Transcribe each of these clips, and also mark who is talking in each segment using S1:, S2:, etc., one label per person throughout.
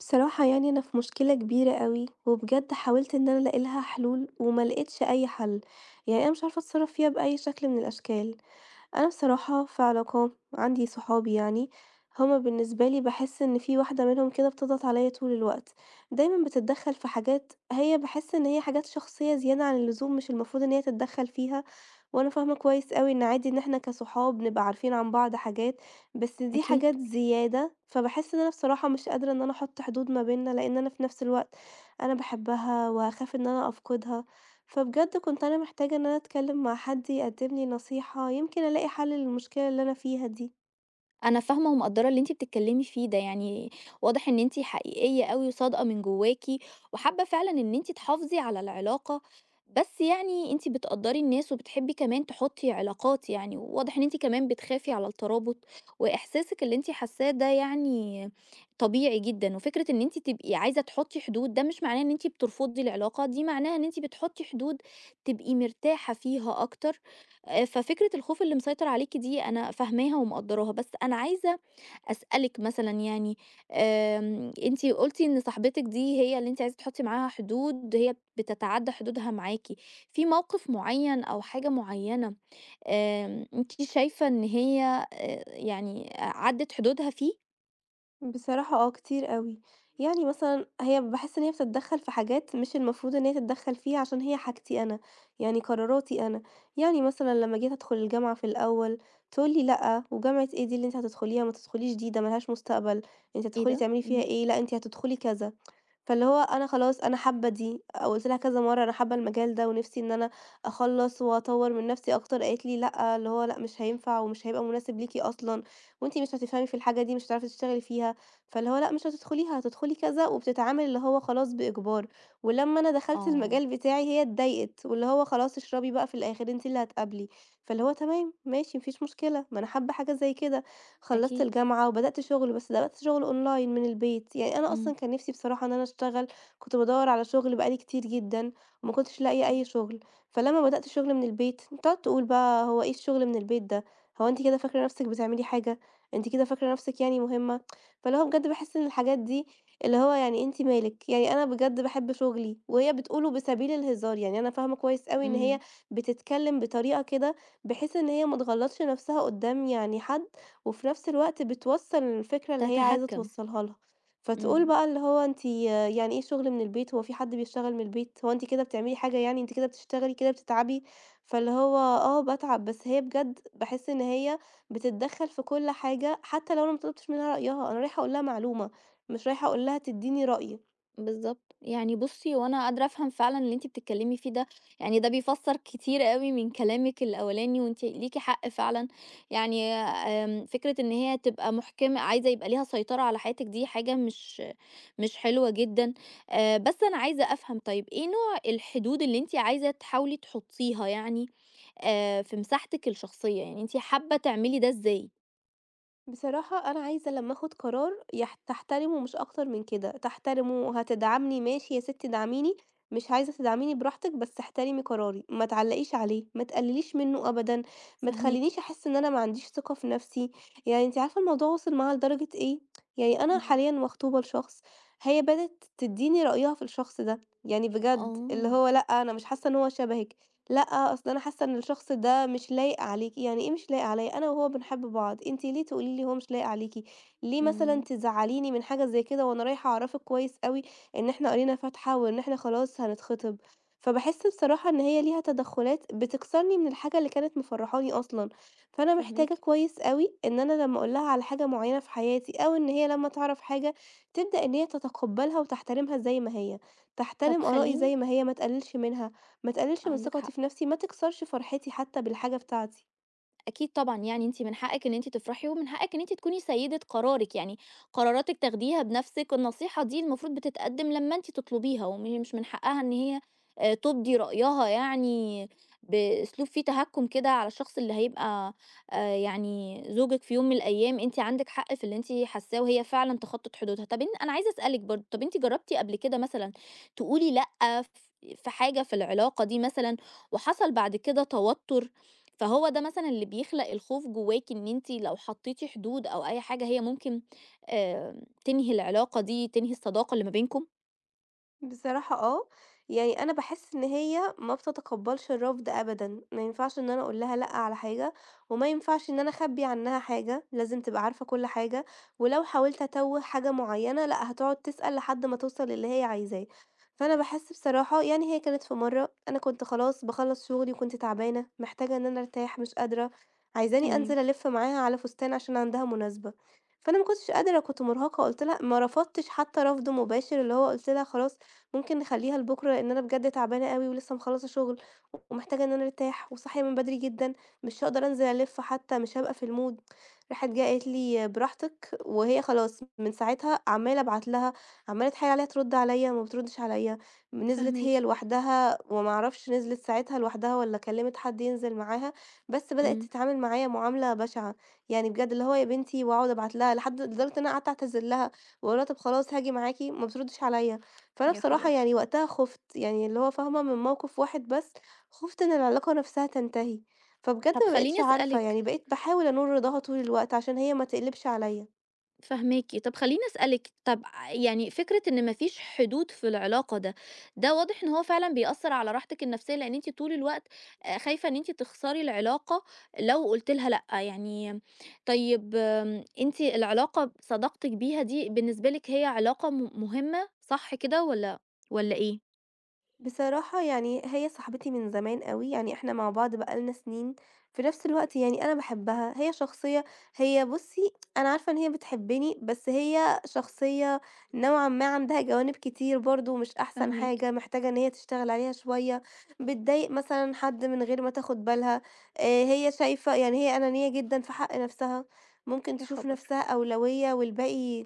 S1: بصراحة يعني أنا في مشكلة كبيرة أوي، وبجد حاولت إن أنا ألاقي لها حلول وملقتش أي حل، يعني أنا مش عارفة أتصرف فيها بأي شكل من الأشكال، أنا بصراحة في علاقة، عندي صحابي يعني، هما بالنسبة لي باحس إن في واحدة منهم كده بتضغط عليا طول الوقت، دايمًا بتتدخل في حاجات هي باحس إن هي حاجات شخصية زيادة عن اللزوم مش المفروض إن هي تتدخل فيها، وأنا فاهمة كويس أوي إن عادي إن احنا كصحاب نبقى عارفين عن بعض حاجات، بس دي
S2: أكيد،
S1: حاجات زيادة، فباحس إن أنا بصراحة مش قادرة إن أنا أحط حدود ما بينا، لإن أنا في نفس الوقت أنا باحبها وهاخاف إن أنا أفقدها. فبجد كنت أنا محتاجة إن أنا أتكلم مع حد يقدم لي نصيحة، يمكن ألاقي حل للمشكلة اللي أنا فيها دي.
S2: أنا فاهمة ومقدّرة اللي أنتِ بتتكلمي فيه ده، يعني واضح إن أنتِ حقيقية أوي وصادقة من جواكِ، وحابة فعلًا إن أنتِ تحافظي على العلاقة، بس يعني أنتِ بتقدّري الناس وبتحبي كمان تحطّي علاقات يعني، وواضح إن أنتِ كمان بتخافي على الترابط، وإحساسِك اللي أنتِ حاساه ده يعني طبيعي جدًا، وفكرة إن أنتِ تبقي عايزة تحطّي حدود ده مش معناه إن أنتِ بترفضي العلاقة، دي معناها إن أنتِ بتحطّي حدود تبقي مرتاحة فيها أكتر. ففكرة الخوف اللي مسيطر عليكِ دي أنا فاهماها ومقدّراها، بس أنا عايزة أسألِك مثلًا يعني أنتِ قُلتِ إن صاحبتِك دي هي اللي أنتِ عايزة تحطّي معاها حدود، هي بتتعدّى حدودها معاكِ، في موقف معيّن أو حاجة معيّنة أنتِ شايفة إن هي يعني عدّت حدودها فيه؟
S1: بصراحة آه، كتير أوي، يعني مثلًا هي باحس إن هي بتتدخل في حاجات مش المفروض إن هي تتدخل فيها عشان هي حاجتي أنا، يعني قراراتي أنا. يعني مثلًا لما جيت أدخل الجامعة في الأول تقول لي: "لأ، وجامعة إيه دي اللي أنتِ هتدخليها؟ ما تدخليش دي، ده ما لهاش مستقبل، أنتِ
S2: إيه
S1: هتدخلي
S2: ده؟
S1: تعملي فيها
S2: إمم،
S1: إيه؟ لأ، أنتِ هتدخلي كذا." فاللي هو أنا خلاص أنا حابة دي، قُلت لها كذا مرّة أنا حابة المجال ده ونِفْسي إن أنا أخلّص وأطوّر من نَفْسي أكتر، قالت لي: "لأ، اللي هو لأ مش هينفع ومش هيبقى مناسب ليكِ أصلًا وأنتِ مش هتفهمي في الحاجة دي، مش هتعرفي تشتغلي فيها، فاللي هو لأ مش هتدخليها، هتدخلي كذا." وبتتعامل اللي هو خلاص بإجبار، ولمّا أنا دخلت
S2: آه،
S1: المجال بتاعي هي اتضايقت، واللي هو خلاص اشربي بقى في الآخر أنتِ اللي هتقابلي، فاللي هو تمام ماشي ما فيش مشكلة، ما أنا حابة حاجة زي كده. خلّصت
S2: أكيد،
S1: الجامعة وبدأت شغل، بس بدأت شغل online من البيت، يعني أنا
S2: إمم،
S1: أصلًا كان نِفْسي بصراحة إن أنا أشتغل، كنت بادوّر على شغل بقى لي كتير جدًا وما كنتش لاقية
S2: إمم،
S1: أي شغل، فلمّا بدأت شغل من البيت تقعد تقول بقى هو إيه الشغل من البيت ده، هو أنتِ كده فاكرة نَفْسِك بتعملي حاجة، أنتِ كده فاكرة نَفْسِك يعني مهمة، فاللي هو بجد باحس إن الحاجات دي اللي هو يعني أنتِ مالِك، يعني أنا بجد باحب شغلي وهي بتقوله بسبيل الهزار، يعني أنا فاهمة كويس أوي إن
S2: إمم،
S1: هي بتتكلم بطريقة كده بحيث إن هي ما تغلطش نَفْسها قدّام يعني حد. وفي نفس الوقت بتوصّل الفكرة اللي هي عايزة
S2: تتهكّم،
S1: توصّلها لها، فتقول
S2: إمم.
S1: بقى اللي هو أنتِ يعني إيه شغل من البيت، هو في حد بيشتغل من البيت، هو أنتِ كده بتعملي حاجة يعني، أنتِ كده بتشتغلي، كده بتتعبي، فاللي هو آه باتعب، بس هي بجد باحس إن هي بتتدخّل في كل حاجة، حتى لو أنا ما طلبتش منها رأيها، أنا رايحة أقول لها معلومة، مش رايحة أقول لها تدّيني رأي.
S2: بالضبط. يعني بُصّي، هو أنا قادرة أفهم فعلًا اللي أنتِ بتتكلّمي فيه ده، يعني ده بيفسّر كتير أوي من كلامِك الأولاني وأنتِ ليكِ حق فعلًا. يعني آمم فكرة إن هي تبقى محكمة عايزة يبقى ليها سيطرة على حياتِك دي حاجة مش حلوة جدًا. بس أنا عايزة أفهم طيب إيه نوع الحدود اللي أنتِ عايزة تحاولي تحُطّيها يعني في مساحتِك الشخصية؟ يعني أنتِ حابة تعملي ده إزاي؟
S1: بصراحة أنا عايزة لمّا آخُد قرار تحترمه مش أكتر من كده، تحترمه، هتدعمني ماشي يا ستي دعميني، مش عايزة تدعميني براحتِك بس احترمي قراري، ما تعلّقيش عليه، ما تقلّليش منّه أبدًا، ما
S2: فاهماكِ.
S1: تخلّينيش أحس إن أنا ما عنديش ثقة في نَفْسي، يعني أنتِ عارفة الموضوع وصل معاها لدرجة إيه، يعني أنا
S2: إمم.
S1: حاليًا مخطوبة لشخص، هي بدأت تدّيني رأيها في الشخص ده، يعني بجد اللي
S2: آه.
S1: هو لأ أنا مش حاسة إن هو شبهِك، لأ، أصل أنا حاسة إن الشخص ده مش لايق عليكِ، يعني إيه مش لايق عليَّ؟ أنا وهو بنحب بعض، أنتِ ليه تقولي لي هو مش لايق عليكِ؟ ليه مثلًا
S2: إمم.
S1: تزعليني من حاجة زي كده وأنا رايحة أعرفِك كويس أوي إن إحنا قرينا فاتحة وإن إحنا خلاص هنتخطب، فباحس بصراحة إن هي ليها تدخلات بتكسرني من الحاجة اللي كانت مفرحاني أصلًا، فأنا
S2: فاهماكِ.
S1: محتاجة كويس أوي إن أنا لما أقول لها على حاجة معينة في حياتي أو إن هي لما تعرف حاجة تبدأ إن هي تتقبلها وتحترمها زي ما هي،
S2: طب
S1: تحترم آرائي
S2: خلّيني
S1: زي ما هي، ما تقللش منها. ما تقللش من
S2: عندِك
S1: ثقتي
S2: حق.
S1: في نفسي، ما تكسرش فرحتي حتى بالحاجة بتاعتي.
S2: أكيد طبعًا، يعني أنتِ من حقِك إن أنتِ تفرحي ومن حقِك إن أنتِ تكوني سيدة قرارِك، يعني قراراتِك تاخديها بنفسِك، والنصيحة دي المفروض بتتقدم لمّا أنتِ تطلبيها، وم مش من حقها إن هي تُبدي رأيها يعني بأسلوب فيه تهكُّم كده على الشخص اللي هيبقى يعني زوجِك في يوم من الأيام، أنتِ عندِك حق في اللي أنتِ حاساه وهي فعلًا تخطِّت حدودها. طب أنا عايزة أسألِك برضه، طب أنتِ جرّبتِ قبل كده مثلًا تقولي لأ في حاجة في العلاقة دي مثلًا وحصل بعد كده توتُّر فهو ده مثلًا اللي بيخلق الخوف جواكِ إن أنتِ لو حطيتِ حدود أو أي حاجة هي ممكن تنهي العلاقة دي، تنهي الصداقة اللي ما بينكم؟
S1: بصراحة آه، يعني أنا باحس إن هي ما بتتقبّلش الرفض أبدًا، ما ينفعش إن أنا أقول لها لأ على حاجة، وما ينفعش إن أنا أخبّي عنها حاجة، لازم تبقى عارفة كل حاجة، ولو حاولت أتوّه حاجة معيّنة لأ، هتقعد تسأل لحد ما توصل للي هي عايزاه، فأنا باحس بصراحة يعني هي كانت في مرّة أنا كنت خلاص باخلّص شغلي وكنت تعبانة، محتاجة إن أنا أرتاح، مش قادرة، عايزاني
S2: تمام،
S1: أنزل ألِف معاها على فستان عشان عندها مناسبة، فأنا ما كنتش قادرة، كنت مرهقة، قُلت لها ما رفضتش حتى رفض مباشر اللي هو قُلت لها خلاص ممكن نخلّيها لبُكرة، لإن أنا بجد تعبانة أوي ولسه مخلّصة شُغل ومحتاجة إن أنا أرتاح وصاحية من بدري جدًا، مش هاقدر أنزل ألِف حتى، مش هابقى في الmood. راحت جاية قالت لي: "براحتك." وهي خلاص من ساعتها عمّالة أبعت لها، عمّالة أتحايل عليها ترُد عليّا، ما بتردّش عليّا. نزلت هي
S2: فاهماكِ.
S1: لوحدها وما أعرفش نزلت ساعتها لوحدها والّا كلّمت حد ينزل معاها، بس بدأت
S2: إمم.
S1: تتعامل معايا معاملة بشعة. يعني بجد اللي هو يا بنتي واقعد أبعت لها لحد لدرجة إن أنا قعدت أعتذر لها وأقول لها: "طَب خلاص هاجي معاكِ." ما بتردّش عليّا. فأنا
S2: يا
S1: بصراحة
S2: خبر!
S1: يعني وقتها خُفت، يعني اللي هو فاهمة من موقف واحد بس، خُفت إن العلاقة نفسها تنتهي، فبجد
S2: طب
S1: ما
S2: خلّيني
S1: بقيتش عارفة،
S2: أسألِك
S1: يعني بقيت باحاول أنول رضاها طول الوقت عشان هي ما تقلبش عليَّ.
S2: فاهماكِ. طَب خلّيني أسألِك، يعني فكرة إن ما فيش حدود في العلاقة ده، ده واضح إن هو فعلًا بيأثّر على راحتِك النفسية، لإن أنتِ طول الوقت خايفة إن أنتِ تخسري العلاقة لو قُلتِ لها لأ. يعني طيب آمم أنتِ العلاقة صداقتِك بيها دي بالنسبة لِك هي علاقة مهمة صح كده والّا إيه؟
S1: بصراحة يعني هي صاحبتي من زمان أوي، يعني إحنا مع بعض بقى لنا سنين، في نفس الوقت يعني أنا باحبها، هي شخصية هي بُصّي أنا عارفة إن هي بتحبني، بس هي شخصية نوعًا ما عندها جوانب كتير برضه مش أحسن
S2: فاهماكِ.
S1: حاجة، محتاجة إن هي تشتغل عليها شوية، بتضايق مثلًا حد من غير ما تاخد بالها، هي شايفة يعني هي أنانية جدًا في حق نفسها، ممكن
S2: يا
S1: تشوف
S2: خبر!
S1: نفسها أولوية والباقي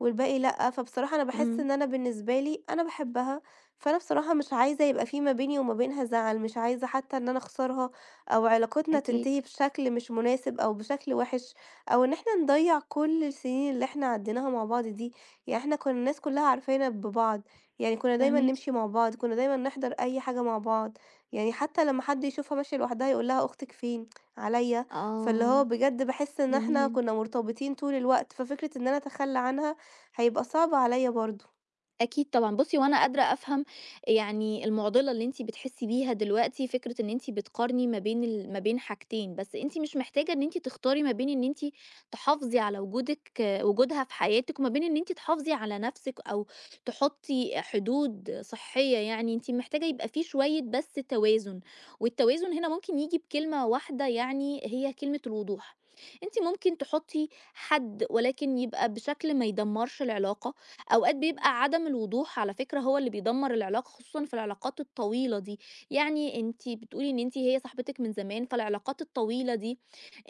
S1: والباقي لأ، فبصراحة أنا باحس
S2: إمم.
S1: إن أنا بالنسبة لي أنا باحبها فأنا بصراحة مش عايزة يبقى في ما بيني وما بينها زعل، مش عايزة حتى إن أنا أخسرها أو علاقتنا
S2: أكيد،
S1: تنتهي بشكل مش مناسب أو بشكل وِحِش، أو إن إحنا نضيّع كل السنين اللي إحنا عديناها مع بعض دي، يعني إحنا كنا الناس كلّها عارفانا ببعض، يعني كنا دايمًا
S2: فاهماكِ.
S1: نمشي مع بعض، كنا دايمًا نحضر أي حاجة مع بعض، يعني حتى لمّا حد يشوفها ماشية لوحدها يقول لها أختِك فين؟ عليّا، فاللي هو
S2: آه،
S1: بجد باحس إن إحنا
S2: جميل.
S1: كنا مرتبطين طول الوقت، ففكرة إن أنا أتخلّى عنها هيبقى صعب عليّا برضه.
S2: أكيد طبعًا، بُصّي هو أنا قادرة أفهم يعني المُعضلة اللي أنتِ بتحسّي بيها دلوقتي، فكرة إن أنتِ بتقارني ما بين ما بين حاجتين، بس أنتِ مش محتاجة إن أنتِ تختاري ما بين إن أنتِ تحافظي على وجودها في حياتِك، وما بين إن أنتِ تحافظي على نَفْسِك أو تحطّي حدود صحية يعني، أنتِ محتاجة يبقى في شوية بس توازن، والتوازن هنا ممكن ييجي بكلمة واحدة يعني هي كلمة الوضوح، أنتِ ممكن تحطّي حد ولكن يبقى بشكل ما يدمّرش العلاقة. أوقات
S1: إمم،
S2: بيبقى عدم الوضوح على فكرة هو اللي بيدمر العلاقة خصوصًا في العلاقات الطويلة دي، يعني أنتِ بتقولي إن أنتِ هي صاحبتِك من زمان، فالعلاقات الطويلة دي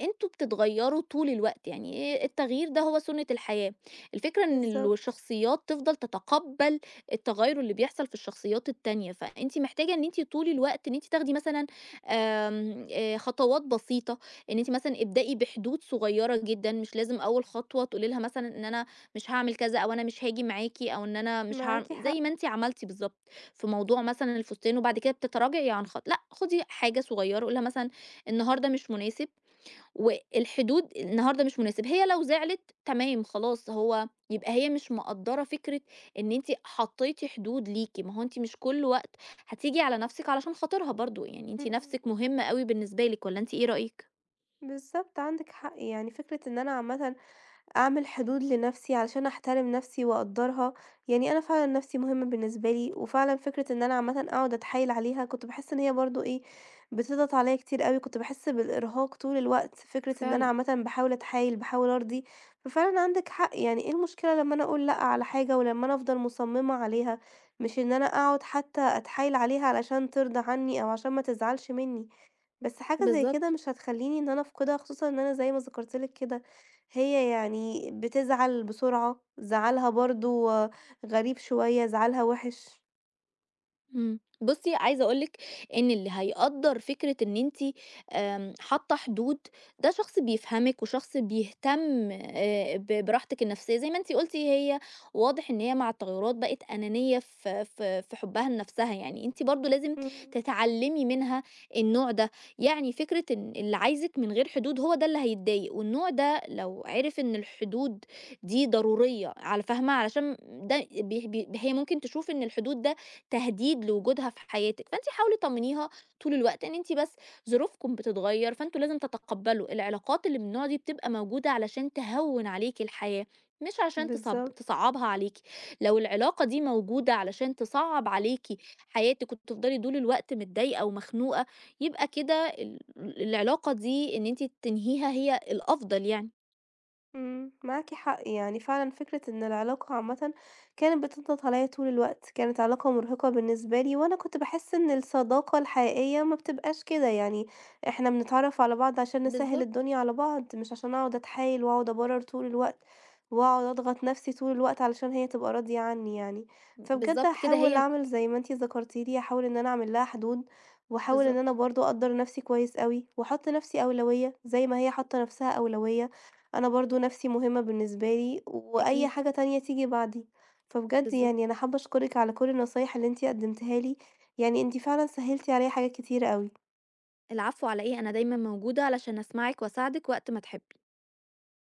S2: أنتم بتتغيروا طول الوقت، يعني ايه التغيير ده هو سُنة الحياة. الفكرة إن
S1: بالضبط.
S2: الشخصيات تفضل تتقبّل التغيُّر اللي بيحصل في الشخصيات التانية، فأنتِ محتاجة إن أنتِ طول الوقت إن أنتِ تاخدي مثلًا آمم، خطوات بسيطة، إن أنتِ مثلًا ابدئي بحدود صغيرة جدًا، مش لازم أول خطوة تقولي لها مثلًا إن أنا مش هاعمل كذا أو أنا مش هاجي معاكِ أو إن أنا مش هاعم
S1: معاكِ
S2: زي
S1: حق،
S2: ما أنتِ عملتِ بالضبط، في موضوع مثلًا الفستان وبعد كده بتتراجعي عن لأ، خدي حاجة صغيّرة قولي لها مثلًا النهارده مش مناسب، والحدود النهارده مش مناسب، هي لو زعلت تمام خلاص هو يبقى هي مش مقدّرة فكرة إن أنتِ حطيتِ حدود ليكِ، ما هو أنتِ مش كل وقت هتيجي على نفسِك علشان خاطرها برضه، يعني أنتِ
S1: إمم،
S2: نفسِك مهمة أوي بالنسبة لِك والّا أنتِ إيه رأيِك؟
S1: بالضبط عندِك حق، يعني فكرة إن أنا عامةً أعمل حدود لنفسي علشان أحترم نفسي وأقدّرها، يعني أنا فعلًا نفسي مهمة بالنسبة لي، وفعلًا فكرة إن أنا عامةً أقعد أتحايل عليها كنت باحس إن هي برضه إيه، بتضغط عليَّ كتير أوي، كنت باحس بالإرهاق طول الوقت، فكرة إن أنا
S2: فعلًا،
S1: عامةً باحاول أتحايل، باحاول أرضي، ففعلًا عندِك حق، يعني إيه المشكلة لمّا أنا أقول لأ على حاجة ولمّا أنا أفضل مصممة عليها، مش إن أنا أقعد حتى أتحايل عليها علشان ترضى عني أو عشان ما تزعلش مني. بس حاجة زي كده
S2: بالضبط.
S1: مش هتخلّيني إن أنا أفقدها، خصوصًا إن أنا زي ما ذكرت لِك كده، هي يعني بتزعل بسرعة، زعلها برضه غريب شوية، زعلها وِحِش.
S2: إمم. بُصّي، عايزة أقول لِك إن اللي هيقدّر فكرة إن أنتِ حاطة حدود، ده شخص بيفهمِك وشخص بيهتم ب براحتك النفسية، زي ما أنتِ قُلتِ هي واضح إن هي مع التغيُّرات بقت أنانية في حُبّها لنفسها، يعني أنتِ برضه لازم
S1: إمم،
S2: تتعلّمي منها النوع ده، يعني فكرة إن اللي عايزِك من غير حدود هو ده اللي هيتضايق، والنوع ده لو عِرف إن الحدود دي ضرورية على فاهمة، علشان ده بي بي هي ممكن تشوف إن الحدود ده تهديد لوجودها في حياتِك، فأنتِ حاولي طمنيها طول الوقت إن أنتِ بس ظروفكم بتتغيّر، فأنتم لازم تتقبّلوا، العلاقات اللي من النوع دي بتبقى موجودة علشان تهوّن عليكِ الحياة، مش عشان
S1: بالضبط.
S2: تصعّبها عليكِ، لو العلاقة دي موجودة علشان تصعّب عليكِ حياتِك وتفضلي طول الوقت متضايقة ومخنوقة، يبقى كده العلاقة دي إن أنتِ تنهيها هي الأفضل يعني.
S1: إمم، معاكِ حق، يعني فعلًا فكرة إن العلاقة عامةً كانت بتضغط عليَّ طول الوقت، كانت علاقة مرهقة بالنسبة لي، وأنا كنت باحس إن الصداقة الحقيقية ما بتبقاش كده، يعني إحنا بنتعرف على بعض عشان نسهِّل
S2: بالضبط.
S1: الدنيا على بعض، مش عشان أقعد أتحايل وأقعد أبرر طول الوقت، وأقعد أضغط نفسي طول الوقت علشان هي تبقى راضية عني يعني. فبجد
S2: بالضبط كده
S1: هاحاول
S2: هي
S1: أعمل زي ما أنتِ ذكرتِ لي، هاحاول إن أنا أعمل لها حدود، وأحاول إن أنا
S2: بالضبط.
S1: برضه أقدّر نفسي كويس أوي، وأحط نفسي أولوية زي ما هي حاطة نفسها أولوية. أنا برضه نَفْسي مهمة بالنسبة لي، وأي
S2: أكيد.
S1: حاجة تانية تيجي بعدي. فبجد يعني
S2: بالضبط.
S1: أنا حابة أشكرِك على كل النصايح اللي أنتِ قدّمتيها لي، يعني أنتِ فعلًا سهّلتِ عليّا حاجات كتيرة أوي.
S2: العفو على إيه أنا دايما موجودة علشان أسمعك وأساعدك وقت ما تحب